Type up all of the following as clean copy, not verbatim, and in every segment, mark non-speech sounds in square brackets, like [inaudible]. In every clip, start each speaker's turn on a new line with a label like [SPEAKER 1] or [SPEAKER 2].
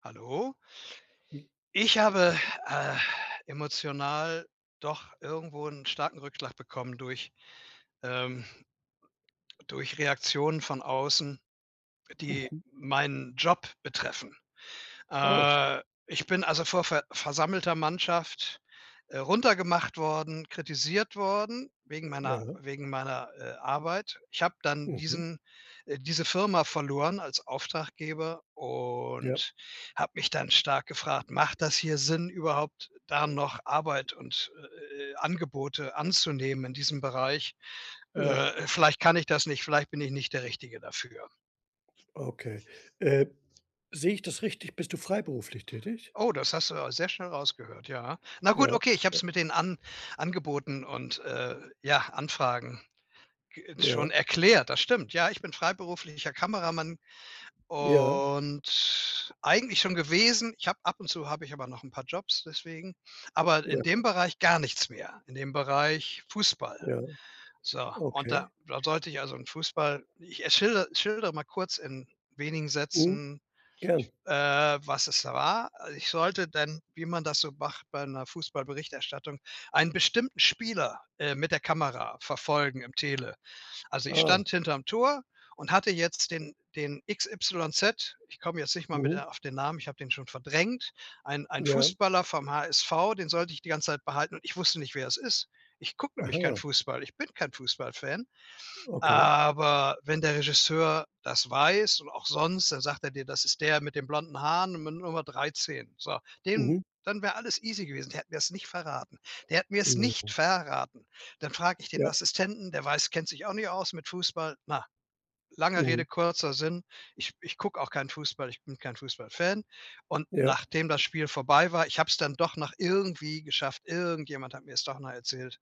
[SPEAKER 1] Hallo. Ich habe, äh, emotional doch irgendwo einen starken Rückschlag bekommen durch ähm, durch Reaktionen von außen, die
[SPEAKER 2] Mhm.
[SPEAKER 1] meinen Job betreffen.
[SPEAKER 2] Oh,
[SPEAKER 1] Äh, Ich bin also vor versammelter Mannschaft, runtergemacht worden, kritisiert worden wegen meiner
[SPEAKER 2] ja.
[SPEAKER 1] wegen meiner, äh, Arbeit. Ich habe dann
[SPEAKER 2] Mhm.
[SPEAKER 1] diese Firma verloren als Auftraggeber
[SPEAKER 2] Ja,
[SPEAKER 1] und habe mich dann stark gefragt: „Macht das hier Sinn, überhaupt da noch Arbeit und, Angebote anzunehmen in diesem Bereich?
[SPEAKER 2] ja,
[SPEAKER 1] Vielleicht kann ich das nicht, vielleicht bin ich nicht der Richtige dafür.“
[SPEAKER 2] okay. Äh, Sehe ich das richtig? Bist du freiberuflich tätig?
[SPEAKER 1] Oh, das hast du aber sehr schnell rausgehört, ja. Na gut,
[SPEAKER 2] Ja,
[SPEAKER 1] okay, ich habe es mit den An Angeboten und, ja, Anfragen g schon
[SPEAKER 2] ja,
[SPEAKER 1] erklärt. Das stimmt. Ja, ich bin freiberuflicher Kameramann
[SPEAKER 2] ja,
[SPEAKER 1] und eigentlich schon gewesen. Ich habe ab und zu habe ich aber noch ein paar Jobs deswegen, aber
[SPEAKER 2] ja,
[SPEAKER 1] in dem Bereich gar nichts mehr, in dem Bereich Fußball.
[SPEAKER 2] ja,
[SPEAKER 1] So, und da
[SPEAKER 2] okay.
[SPEAKER 1] da sollte ich schildere mal kurz in wenigen
[SPEAKER 2] Mhm.
[SPEAKER 1] Sätzen,
[SPEAKER 2] Gern.
[SPEAKER 1] äh, was es war. Also ich sollte dann, wie man das so macht bei einer Fußballberichterstattung, einen bestimmten Spieler, mit der Kamera verfolgen im Tele. Also, ich
[SPEAKER 2] Ah,
[SPEAKER 1] stand hinterm Tor und hatte jetzt den XYZ, ich komme jetzt nicht mal mit
[SPEAKER 2] mhm.
[SPEAKER 1] auf den Namen, ich habe den schon verdrängt, ein
[SPEAKER 2] Ja,
[SPEAKER 1] Fußballer vom HSV, den sollte ich die ganze Zeit behalten und ich wusste nicht, wer es ist. Ich gucke nämlich keinen
[SPEAKER 2] aha,
[SPEAKER 1] Fußball, ich bin kein Fußballfan,
[SPEAKER 2] okay.
[SPEAKER 1] aber wenn der Regisseur das weiß und auch sonst, dann sagt er dir: „Das ist der mit den blonden Haaren und mit Nummer 13.“ So, den
[SPEAKER 2] Mhm,
[SPEAKER 1] dann wäre alles easy gewesen. Der hat mir es nicht verraten. Der hat mir es nicht
[SPEAKER 2] mhm.
[SPEAKER 1] verraten. Dann frage ich den
[SPEAKER 2] Ja,
[SPEAKER 1] Assistenten, der weiß kennt sich auch nicht aus mit Fußball. Na, lange
[SPEAKER 2] mhm.
[SPEAKER 1] Rede, kurzer Sinn. Ich gucke auch keinen Fußball, ich bin kein Fußballfan. Und
[SPEAKER 2] Ja,
[SPEAKER 1] nachdem das Spiel vorbei war, ich habe es dann doch noch irgendwie geschafft. Irgendjemand hat mir es doch noch erzählt.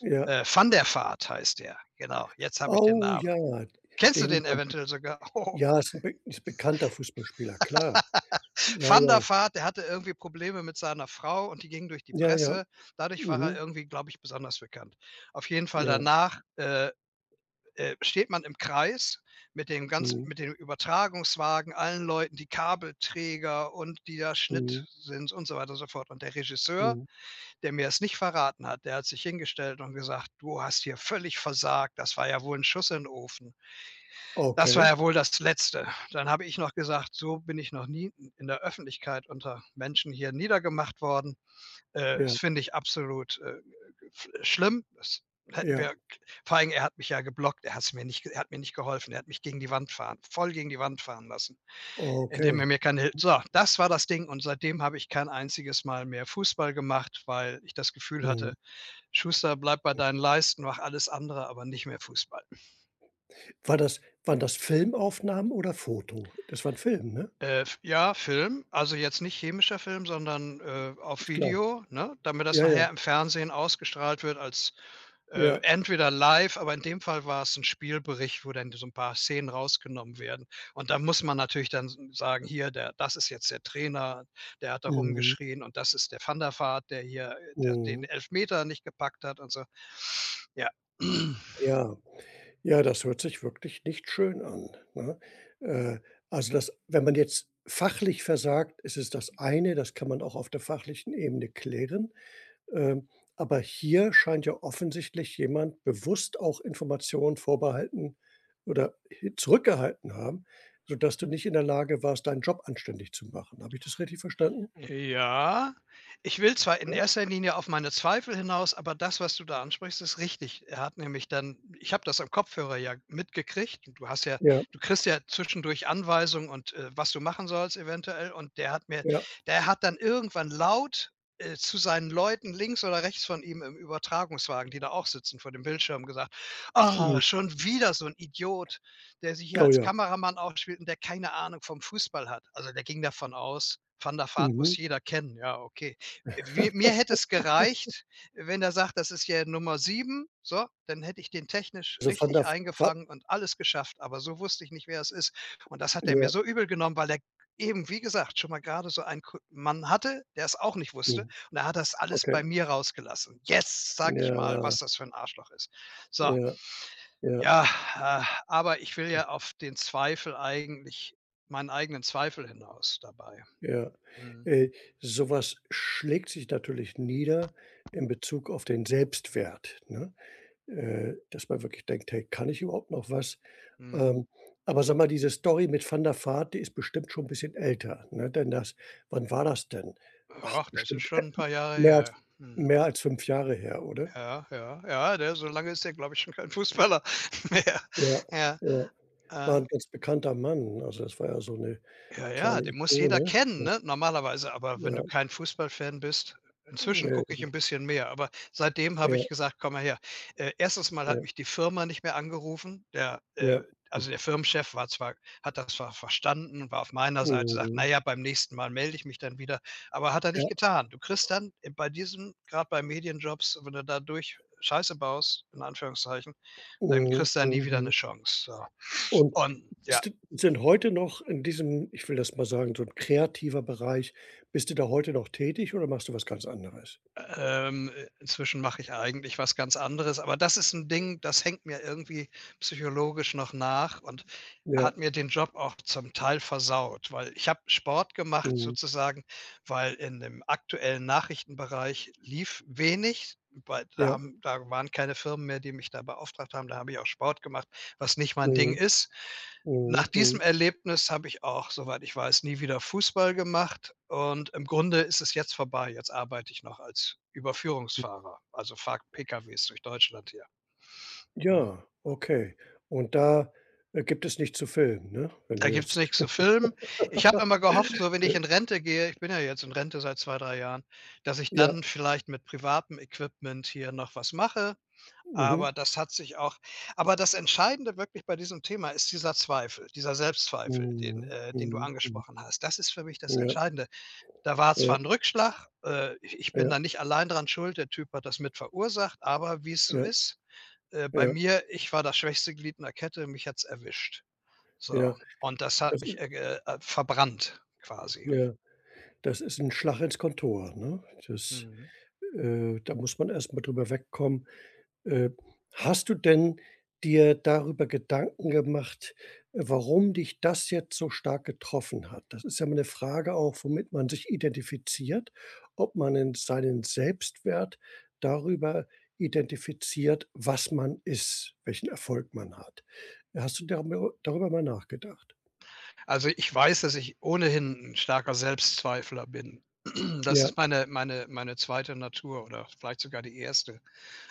[SPEAKER 2] ja.
[SPEAKER 1] Van der Vaart heißt der. Genau, jetzt habe ich den
[SPEAKER 2] Oh
[SPEAKER 1] Namen.
[SPEAKER 2] ja,
[SPEAKER 1] Kennst du
[SPEAKER 2] den
[SPEAKER 1] den
[SPEAKER 2] habe ich
[SPEAKER 1] eventuell sogar? [laughs] Oh.
[SPEAKER 2] ja, ist 'n be ist ein bekannter Fußballspieler, klar. Ja,
[SPEAKER 1] Van der
[SPEAKER 2] ja,
[SPEAKER 1] Vaart, der hatte irgendwie Probleme mit seiner Frau und die gingen durch die
[SPEAKER 2] ja, ja.
[SPEAKER 1] Presse. Dadurch war er
[SPEAKER 2] Mhm.
[SPEAKER 1] irgendwie, glaube ich, besonders bekannt. Auf jeden Fall
[SPEAKER 2] Ja,
[SPEAKER 1] danach, steht man im Kreis mit dem ganz
[SPEAKER 2] mhm,
[SPEAKER 1] mit dem Übertragungswagen, allen Leuten, die Kabelträger und die da Schnitt
[SPEAKER 2] mhm,
[SPEAKER 1] sind und so weiter und so fort. Und der Regisseur,
[SPEAKER 2] mhm.
[SPEAKER 1] der mir es nicht verraten hat, der hat sich hingestellt und gesagt: „Du hast hier völlig versagt. Das war ja wohl ein Schuss in den Ofen.“ Das war
[SPEAKER 2] Okay.
[SPEAKER 1] ja wohl das Letzte. Dann habe ich noch gesagt: „So bin ich noch nie in der Öffentlichkeit unter Menschen hier niedergemacht worden.
[SPEAKER 2] Ja,
[SPEAKER 1] Das finde ich absolut, schlimm. Das hätten
[SPEAKER 2] ja,
[SPEAKER 1] wir“ vor allen, er hat mich ja geblockt. Er hat mir nicht geholfen. Er hat mich gegen die Wand fahren voll gegen die Wand fahren lassen, indem er
[SPEAKER 2] okay.
[SPEAKER 1] mir keine Hil so, das war das Ding, und seitdem habe ich kein einziges Mal mehr Fußball gemacht, weil ich das Gefühl
[SPEAKER 2] Mhm.
[SPEAKER 1] hatte: „Schuster, bleib bei deinen Leisten, mach alles andere, aber nicht mehr Fußball.“
[SPEAKER 2] Waren das Filmaufnahmen oder Foto? Das war 'n Film, ne?
[SPEAKER 1] F ja, Film, also jetzt nicht chemischer Film, sondern, auf
[SPEAKER 2] Ist klar.
[SPEAKER 1] Video, ne, damit das
[SPEAKER 2] Ja, ja,
[SPEAKER 1] nachher im Fernsehen ausgestrahlt wird als,
[SPEAKER 2] ja.
[SPEAKER 1] entweder live, aber in dem Fall war es ein Spielbericht, wo dann so ein paar Szenen rausgenommen werden. Und da muss man natürlich dann s sagen: „Hier, der das ist jetzt der Trainer, der hat da
[SPEAKER 2] Mhm,
[SPEAKER 1] rumgeschrien, und das ist der Van der Vaart, der hier, der den
[SPEAKER 2] mhm.
[SPEAKER 1] Elfmeter nicht gepackt hat“ und so. Ja. [clears throat]
[SPEAKER 2] Ja, ja, das hört sich wirklich nicht schön an, ne? Äh, also, das wenn man jetzt fachlich versagt, ist es das eine, das kann man auch auf der fachlichen Ebene klären. Ähm, aber hier scheint ja offensichtlich jemand bewusst auch Informationen vorbehalten oder hi zurückgehalten haben, sodass du nicht in der Lage warst, deinen Job anständig zu machen. Habe ich das richtig verstanden?
[SPEAKER 1] Ja, ich will zwar in
[SPEAKER 2] Ja?
[SPEAKER 1] erster Linie auf meine Zweifel hinaus, aber das, was du da ansprichst, ist richtig. Er hat nämlich dann, ich habe das am Kopfhörer ja mitgekriegt, und
[SPEAKER 2] Ja,
[SPEAKER 1] du kriegst ja zwischendurch Anweisungen und, was du machen sollst eventuell, und
[SPEAKER 2] ja.
[SPEAKER 1] der hat dann irgendwann laut, zu seinen Leuten links oder rechts von ihm im Übertragungswagen, die da auch sitzen vor dem Bildschirm, gesagt: „Ah,
[SPEAKER 2] Mhm.
[SPEAKER 1] schon wieder so ein Idiot“, der sich hier
[SPEAKER 2] Oh
[SPEAKER 1] als
[SPEAKER 2] ja.
[SPEAKER 1] Kameramann aufspielt und der keine Ahnung vom Fußball hat. Also der ging davon aus, Van der Vaart
[SPEAKER 2] Mhm.
[SPEAKER 1] muss jeder kennen. Ja, okay. Mir
[SPEAKER 2] [laughs]
[SPEAKER 1] hätte es gereicht, wenn er sagt, das ist ja Nummer sieben. So, dann hätte ich den technisch
[SPEAKER 2] Also, Van der
[SPEAKER 1] richtig
[SPEAKER 2] F va
[SPEAKER 1] eingefangen und alles geschafft. Aber so wusste ich nicht, wer es ist. Und das hat er mir
[SPEAKER 2] ja,
[SPEAKER 1] so übel genommen, weil er eben, wie gesagt, schon mal gerade so einen Mann hatte, der es auch nicht wusste.
[SPEAKER 2] mhm,
[SPEAKER 1] Und er hat das alles
[SPEAKER 2] okay.
[SPEAKER 1] bei mir rausgelassen. Jetzt sage ich mal,
[SPEAKER 2] Ja,
[SPEAKER 1] was das für ein Arschloch ist. So,
[SPEAKER 2] ja, ja,
[SPEAKER 1] ja, aber ich will ja auf den Zweifel eigentlich meinen eigenen Zweifel hinaus dabei.
[SPEAKER 2] ja.
[SPEAKER 1] Mhm,
[SPEAKER 2] Äh, so was schlägt sich natürlich nieder in Bezug auf den Selbstwert, ne? Dass man wirklich denkt: „Hey, kann ich überhaupt noch was?“
[SPEAKER 1] mhm.
[SPEAKER 2] Ähm, aber sag mal, diese Story mit Van der Vaart, die ist bestimmt schon 'n bisschen älter, ne? Denn das Wann war das denn? Ach,
[SPEAKER 1] Ach, das ist
[SPEAKER 2] bestimmt,
[SPEAKER 1] schon 'n paar Jahre
[SPEAKER 2] mehr
[SPEAKER 1] her.
[SPEAKER 2] als
[SPEAKER 1] Mhm.
[SPEAKER 2] mehr als 5 Jahre her, oder?
[SPEAKER 1] Ja, ja, ja, der, so lange ist der, glaube ich, schon kein Fußballer [laughs] mehr.
[SPEAKER 2] Ja,
[SPEAKER 1] Ja,
[SPEAKER 2] ja. War
[SPEAKER 1] äh
[SPEAKER 2] 'n ganz bekannter Mann. Also, das war ja so 'ne
[SPEAKER 1] ja, ja,
[SPEAKER 2] kleine
[SPEAKER 1] den muss jeder
[SPEAKER 2] Ikone,
[SPEAKER 1] kennen,
[SPEAKER 2] ne?
[SPEAKER 1] ne, normalerweise. Aber wenn
[SPEAKER 2] Ja,
[SPEAKER 1] du kein Fußballfan bist, inzwischen gucke
[SPEAKER 2] ne,
[SPEAKER 1] ich ein bisschen mehr, aber seitdem habe
[SPEAKER 2] ja,
[SPEAKER 1] ich gesagt: „Komm mal her.“ 1. Mal
[SPEAKER 2] ja,
[SPEAKER 1] hat
[SPEAKER 2] ja.
[SPEAKER 1] mich die Firma nicht mehr angerufen. Also, der Firmenchef war zwar, hat das zwar verstanden, war auf meiner Seite, sagt: „Na
[SPEAKER 2] Mhm.
[SPEAKER 1] ja, beim nächsten Mal melde ich mich dann wieder.“ Aber hat er nicht
[SPEAKER 2] Ja,
[SPEAKER 1] getan. Du kriegst dann bei diesem, gerade bei Medienjobs, wenn du da durch Scheiße baust, in Anführungszeichen, dann
[SPEAKER 2] mhm,
[SPEAKER 1] kriegst du da nie wieder eine
[SPEAKER 2] mhm.
[SPEAKER 1] Chance, so.
[SPEAKER 2] Und
[SPEAKER 1] Und ja.
[SPEAKER 2] bist du sind heute noch in diesem, ich will das mal sagen, so 'n kreativer Bereich bist du da heute noch tätig oder machst du was ganz anderes?
[SPEAKER 1] Ähm, inzwischen mache ich eigentlich was ganz anderes, aber das ist ein Ding, das hängt mir irgendwie psychologisch noch nach und
[SPEAKER 2] Ja,
[SPEAKER 1] hat mir den Job auch zum Teil versaut, weil ich habe Sport gemacht
[SPEAKER 2] mhm,
[SPEAKER 1] sozusagen, weil in dem aktuellen Nachrichtenbereich lief wenig, weil
[SPEAKER 2] ja,
[SPEAKER 1] da waren keine Firmen mehr, die mich da beauftragt haben. Da habe ich auch Sport gemacht, was nicht mein Ding
[SPEAKER 2] mhm,
[SPEAKER 1] ist.
[SPEAKER 2] mhm,
[SPEAKER 1] Nach diesem
[SPEAKER 2] mhm.
[SPEAKER 1] Erlebnis habe ich auch, soweit ich weiß, nie wieder Fußball gemacht, und im Grunde ist es jetzt vorbei. Jetzt arbeite ich noch als Überführungsfahrer, also fahre PKWs durch Deutschland hier, ne?
[SPEAKER 2] Ja, okay. Und da, gibt es nicht zu filmen, ne? Wenn du
[SPEAKER 1] Da gibt's
[SPEAKER 2] jetzt
[SPEAKER 1] nichts zu filmen. Ich habe immer gehofft, so wenn
[SPEAKER 2] [laughs]
[SPEAKER 1] ich
[SPEAKER 2] äh,
[SPEAKER 1] in Rente gehe, ich bin ja jetzt in Rente seit 2 3 Jahren, dass ich
[SPEAKER 2] ja,
[SPEAKER 1] dann vielleicht mit privatem Equipment hier noch was mache,
[SPEAKER 2] mhm,
[SPEAKER 1] aber das hat sich auch aber das Entscheidende wirklich bei diesem Thema ist dieser Zweifel, dieser Selbstzweifel, den
[SPEAKER 2] mhm,
[SPEAKER 1] den du
[SPEAKER 2] mhm, mhm,
[SPEAKER 1] angesprochen hast. Das ist für mich das
[SPEAKER 2] ja.
[SPEAKER 1] Entscheidende. Da war
[SPEAKER 2] Ja,
[SPEAKER 1] zwar ein Rückschlag, ich bin
[SPEAKER 2] ja,
[SPEAKER 1] da nicht allein dran schuld, der Typ hat das mit verursacht, aber wie es so
[SPEAKER 2] ja,
[SPEAKER 1] ist, bei
[SPEAKER 2] ja,
[SPEAKER 1] mir, ich war das schwächste Glied in der Kette, mich hat's erwischt. So,
[SPEAKER 2] ja.
[SPEAKER 1] und das hat
[SPEAKER 2] Das i
[SPEAKER 1] mich, ge verbrannt quasi.
[SPEAKER 2] Ja, das ist 'n Schlag ins Kontor, ne? Das
[SPEAKER 1] Mhm.
[SPEAKER 2] Da muss man erst mal drüber wegkommen. Äh, Hast du denn dir darüber Gedanken gemacht, warum dich das jetzt so stark getroffen hat? Das ist ja mal 'ne Frage auch, womit man sich identifiziert, ob man in seinen Selbstwert darüber identifiziert, was man ist, welchen Erfolg man hat. Hast du darüber mal nachgedacht?
[SPEAKER 1] Also, ich weiß, dass ich ohnehin ein starker Selbstzweifler bin. [clears throat] Das
[SPEAKER 2] Ja,
[SPEAKER 1] ist meine zweite Natur oder vielleicht sogar die erste.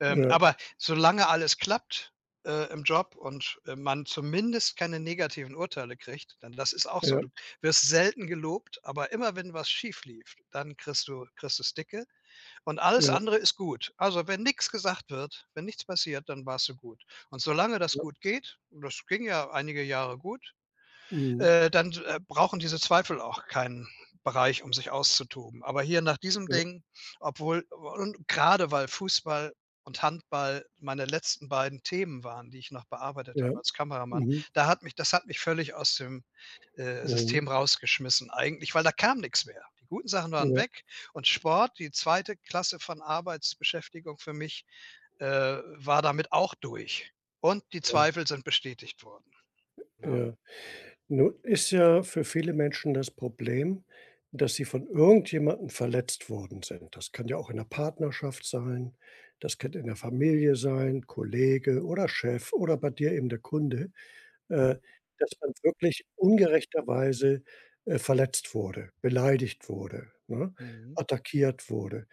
[SPEAKER 2] ja.
[SPEAKER 1] Aber solange alles klappt, im Job und, man zumindest keine negativen Urteile kriegt, dann, das ist auch so.
[SPEAKER 2] Ja,
[SPEAKER 1] Du wirst selten gelobt, aber immer wenn was schief lief, dann kriegst du's dicke, und alles
[SPEAKER 2] ja,
[SPEAKER 1] andere ist gut. Also, wenn nichts gesagt wird, wenn nichts passiert, dann warst du gut. Und solange das
[SPEAKER 2] ja.
[SPEAKER 1] gut geht, und das ging ja einige Jahre gut,
[SPEAKER 2] Mhm.
[SPEAKER 1] dann brauchen diese Zweifel auch keinen Bereich, um sich auszutoben. Aber hier nach diesem
[SPEAKER 2] Ja,
[SPEAKER 1] Ding, obwohl, und gerade weil Fußball und Handball meine letzten beiden Themen waren, die ich noch bearbeitet
[SPEAKER 2] ja.
[SPEAKER 1] habe als Kameramann,
[SPEAKER 2] Mhm.
[SPEAKER 1] das hat mich völlig aus dem
[SPEAKER 2] Mhm.
[SPEAKER 1] System rausgeschmissen eigentlich, weil da kam nichts mehr. Die guten Sachen waren
[SPEAKER 2] Ja,
[SPEAKER 1] weg, und Sport, die zweite Klasse von Arbeitsbeschäftigung für mich, war damit auch durch. Und die
[SPEAKER 2] ja,
[SPEAKER 1] Zweifel sind bestätigt worden. Ja.
[SPEAKER 2] ja. Nun ist ja für viele Menschen das Problem, dass sie von irgendjemandem verletzt worden sind. Das kann ja auch in der Partnerschaft sein, das kann in der Familie sein, Kollege oder Chef oder bei dir eben der Kunde, äh, dass man wirklich ungerechterweise verletzt wurde, beleidigt wurde, ne,
[SPEAKER 1] Mhm.
[SPEAKER 2] attackiert wurde.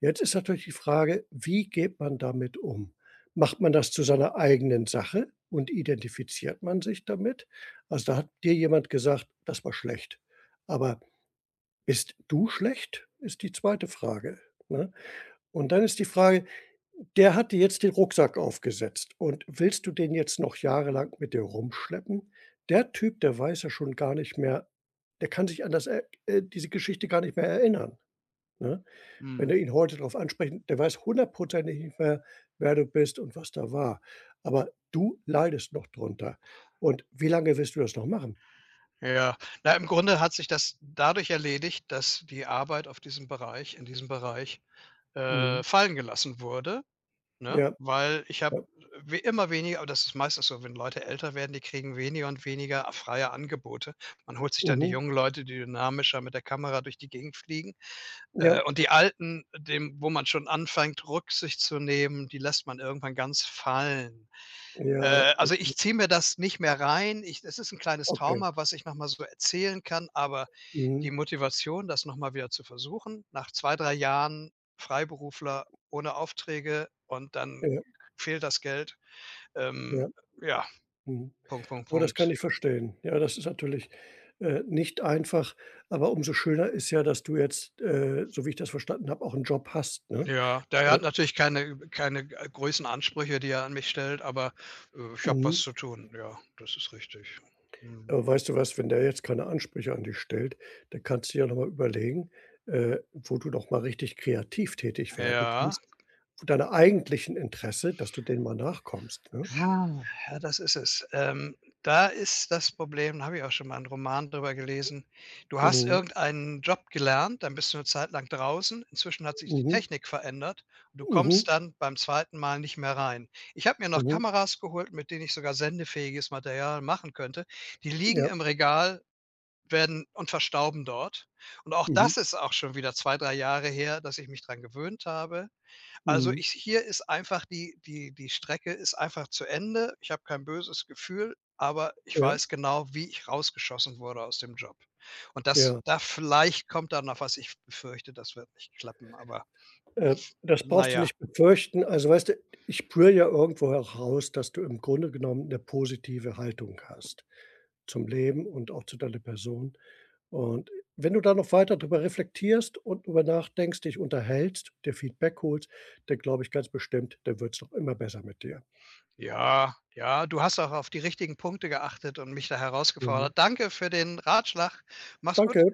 [SPEAKER 2] Jetzt ist natürlich die Frage, wie geht man damit um? Macht man das zu seiner eigenen Sache und identifiziert man sich damit? Also, da hat dir jemand gesagt: „Das war schlecht.“ Aber bist du schlecht, ist die zweite Frage, ne? Und dann ist die Frage: „Der hat dir jetzt den Rucksack aufgesetzt und willst du den jetzt noch jahrelang mit dir rumschleppen?“ Der Typ, der weiß ja schon gar nicht mehr der kann sich an das er diese Geschichte gar nicht mehr erinnern, ne? Wenn
[SPEAKER 1] Mhm.
[SPEAKER 2] du ihn heute darauf ansprechen der weiß hundertprozentig nicht mehr, wer du bist und was da war. Aber du leidest noch drunter. Und wie lange willst du das noch machen?
[SPEAKER 1] Ja, na, im Grunde hat sich das dadurch erledigt, dass die Arbeit auf diesem Bereich in diesem Bereich,
[SPEAKER 2] Mhm.
[SPEAKER 1] fallen gelassen wurde, ne?
[SPEAKER 2] Ja,
[SPEAKER 1] Weil ich habe
[SPEAKER 2] ja.
[SPEAKER 1] we immer weniger, aber das ist meistens so, wenn Leute älter werden, die kriegen weniger und weniger freie Angebote. Man holt sich dann die
[SPEAKER 2] Mhm.
[SPEAKER 1] jungen Leute, die dynamischer mit der Kamera durch die Gegend fliegen,
[SPEAKER 2] Ja,
[SPEAKER 1] und die Alten, dem wo man schon anfängt, Rücksicht zu nehmen, die lässt man irgendwann ganz fallen.
[SPEAKER 2] ja,
[SPEAKER 1] Also, ich ziehe mir das nicht mehr rein. Ich, es ist ein kleines
[SPEAKER 2] okay.
[SPEAKER 1] Trauma, was ich noch mal so erzählen kann, aber
[SPEAKER 2] Mhm.
[SPEAKER 1] die Motivation, das noch mal wieder zu versuchen, nach 2, 3 Jahren Freiberufler ohne Aufträge, und dann
[SPEAKER 2] Ja,
[SPEAKER 1] fehlt das Geld. Ähm,
[SPEAKER 2] ja,
[SPEAKER 1] ja,
[SPEAKER 2] mhm.
[SPEAKER 1] Punkt, Punkt,
[SPEAKER 2] Oh, das kann
[SPEAKER 1] Punkt.
[SPEAKER 2] ich verstehen. Ja, das ist natürlich, nicht einfach, aber umso schöner ist ja, dass du jetzt, so wie ich das verstanden habe, auch einen Job hast, ne?
[SPEAKER 1] Ja, der hat
[SPEAKER 2] Äh,
[SPEAKER 1] natürlich keine großen Ansprüche, die er an mich stellt, aber, ich habe was
[SPEAKER 2] mhm.
[SPEAKER 1] zu tun. Ja, das ist richtig. Mhm.
[SPEAKER 2] Aber weißt du was, wenn der jetzt keine Ansprüche an dich stellt, dann kannst du ja noch mal überlegen, wo du noch mal richtig kreativ tätig werden
[SPEAKER 1] Ja.
[SPEAKER 2] kannst, zu deiner eigentlichen Interesse, dass du denen mal nachkommst, ne?
[SPEAKER 1] Ah, ja, das ist es. Da ist das Problem da habe ich auch schon mal 'n Roman drüber gelesen. Du hast
[SPEAKER 2] Mhm,
[SPEAKER 1] irgendeinen Job gelernt, dann bist du 'ne Zeit lang draußen. Inzwischen hat sich die
[SPEAKER 2] mhm,
[SPEAKER 1] Technik verändert und du
[SPEAKER 2] mhm,
[SPEAKER 1] kommst dann beim zweiten Mal nicht mehr rein. Ich habe mir noch
[SPEAKER 2] mhm,
[SPEAKER 1] Kameras geholt, mit denen ich sogar sendefähiges Material machen könnte. Die liegen
[SPEAKER 2] ja,
[SPEAKER 1] im Regal, werden und verstauben dort. Und auch
[SPEAKER 2] mhm,
[SPEAKER 1] das ist auch schon wieder 2, 3 Jahre her, dass ich mich dran gewöhnt habe. Also,
[SPEAKER 2] mhm,
[SPEAKER 1] ich, hier ist einfach die Strecke ist einfach zu Ende. Ich habe kein böses Gefühl, aber ich
[SPEAKER 2] ja,
[SPEAKER 1] weiß genau, wie ich rausgeschossen wurde aus dem Job. Und das,
[SPEAKER 2] ja.
[SPEAKER 1] da vielleicht kommt da noch was. Ich befürchte, das wird nicht klappen, aber
[SPEAKER 2] Äh, Das
[SPEAKER 1] na
[SPEAKER 2] brauchst du
[SPEAKER 1] ja.
[SPEAKER 2] nicht befürchten. Also, weißt du, ich spüre ja irgendwo heraus, dass du im Grunde genommen eine positive Haltung hast zum Leben und auch zu deiner Person. Und wenn du da noch weiter drüber reflektierst und drüber nachdenkst, dich unterhältst, dir Feedback holst, dann glaube ich ganz bestimmt, dann wird's noch immer besser mit dir.
[SPEAKER 1] Ja, ja, du hast auch auf die richtigen Punkte geachtet und mich da
[SPEAKER 2] Mhm.
[SPEAKER 1] herausgefordert. Danke für den Ratschlag. Mach's gut.
[SPEAKER 2] Danke.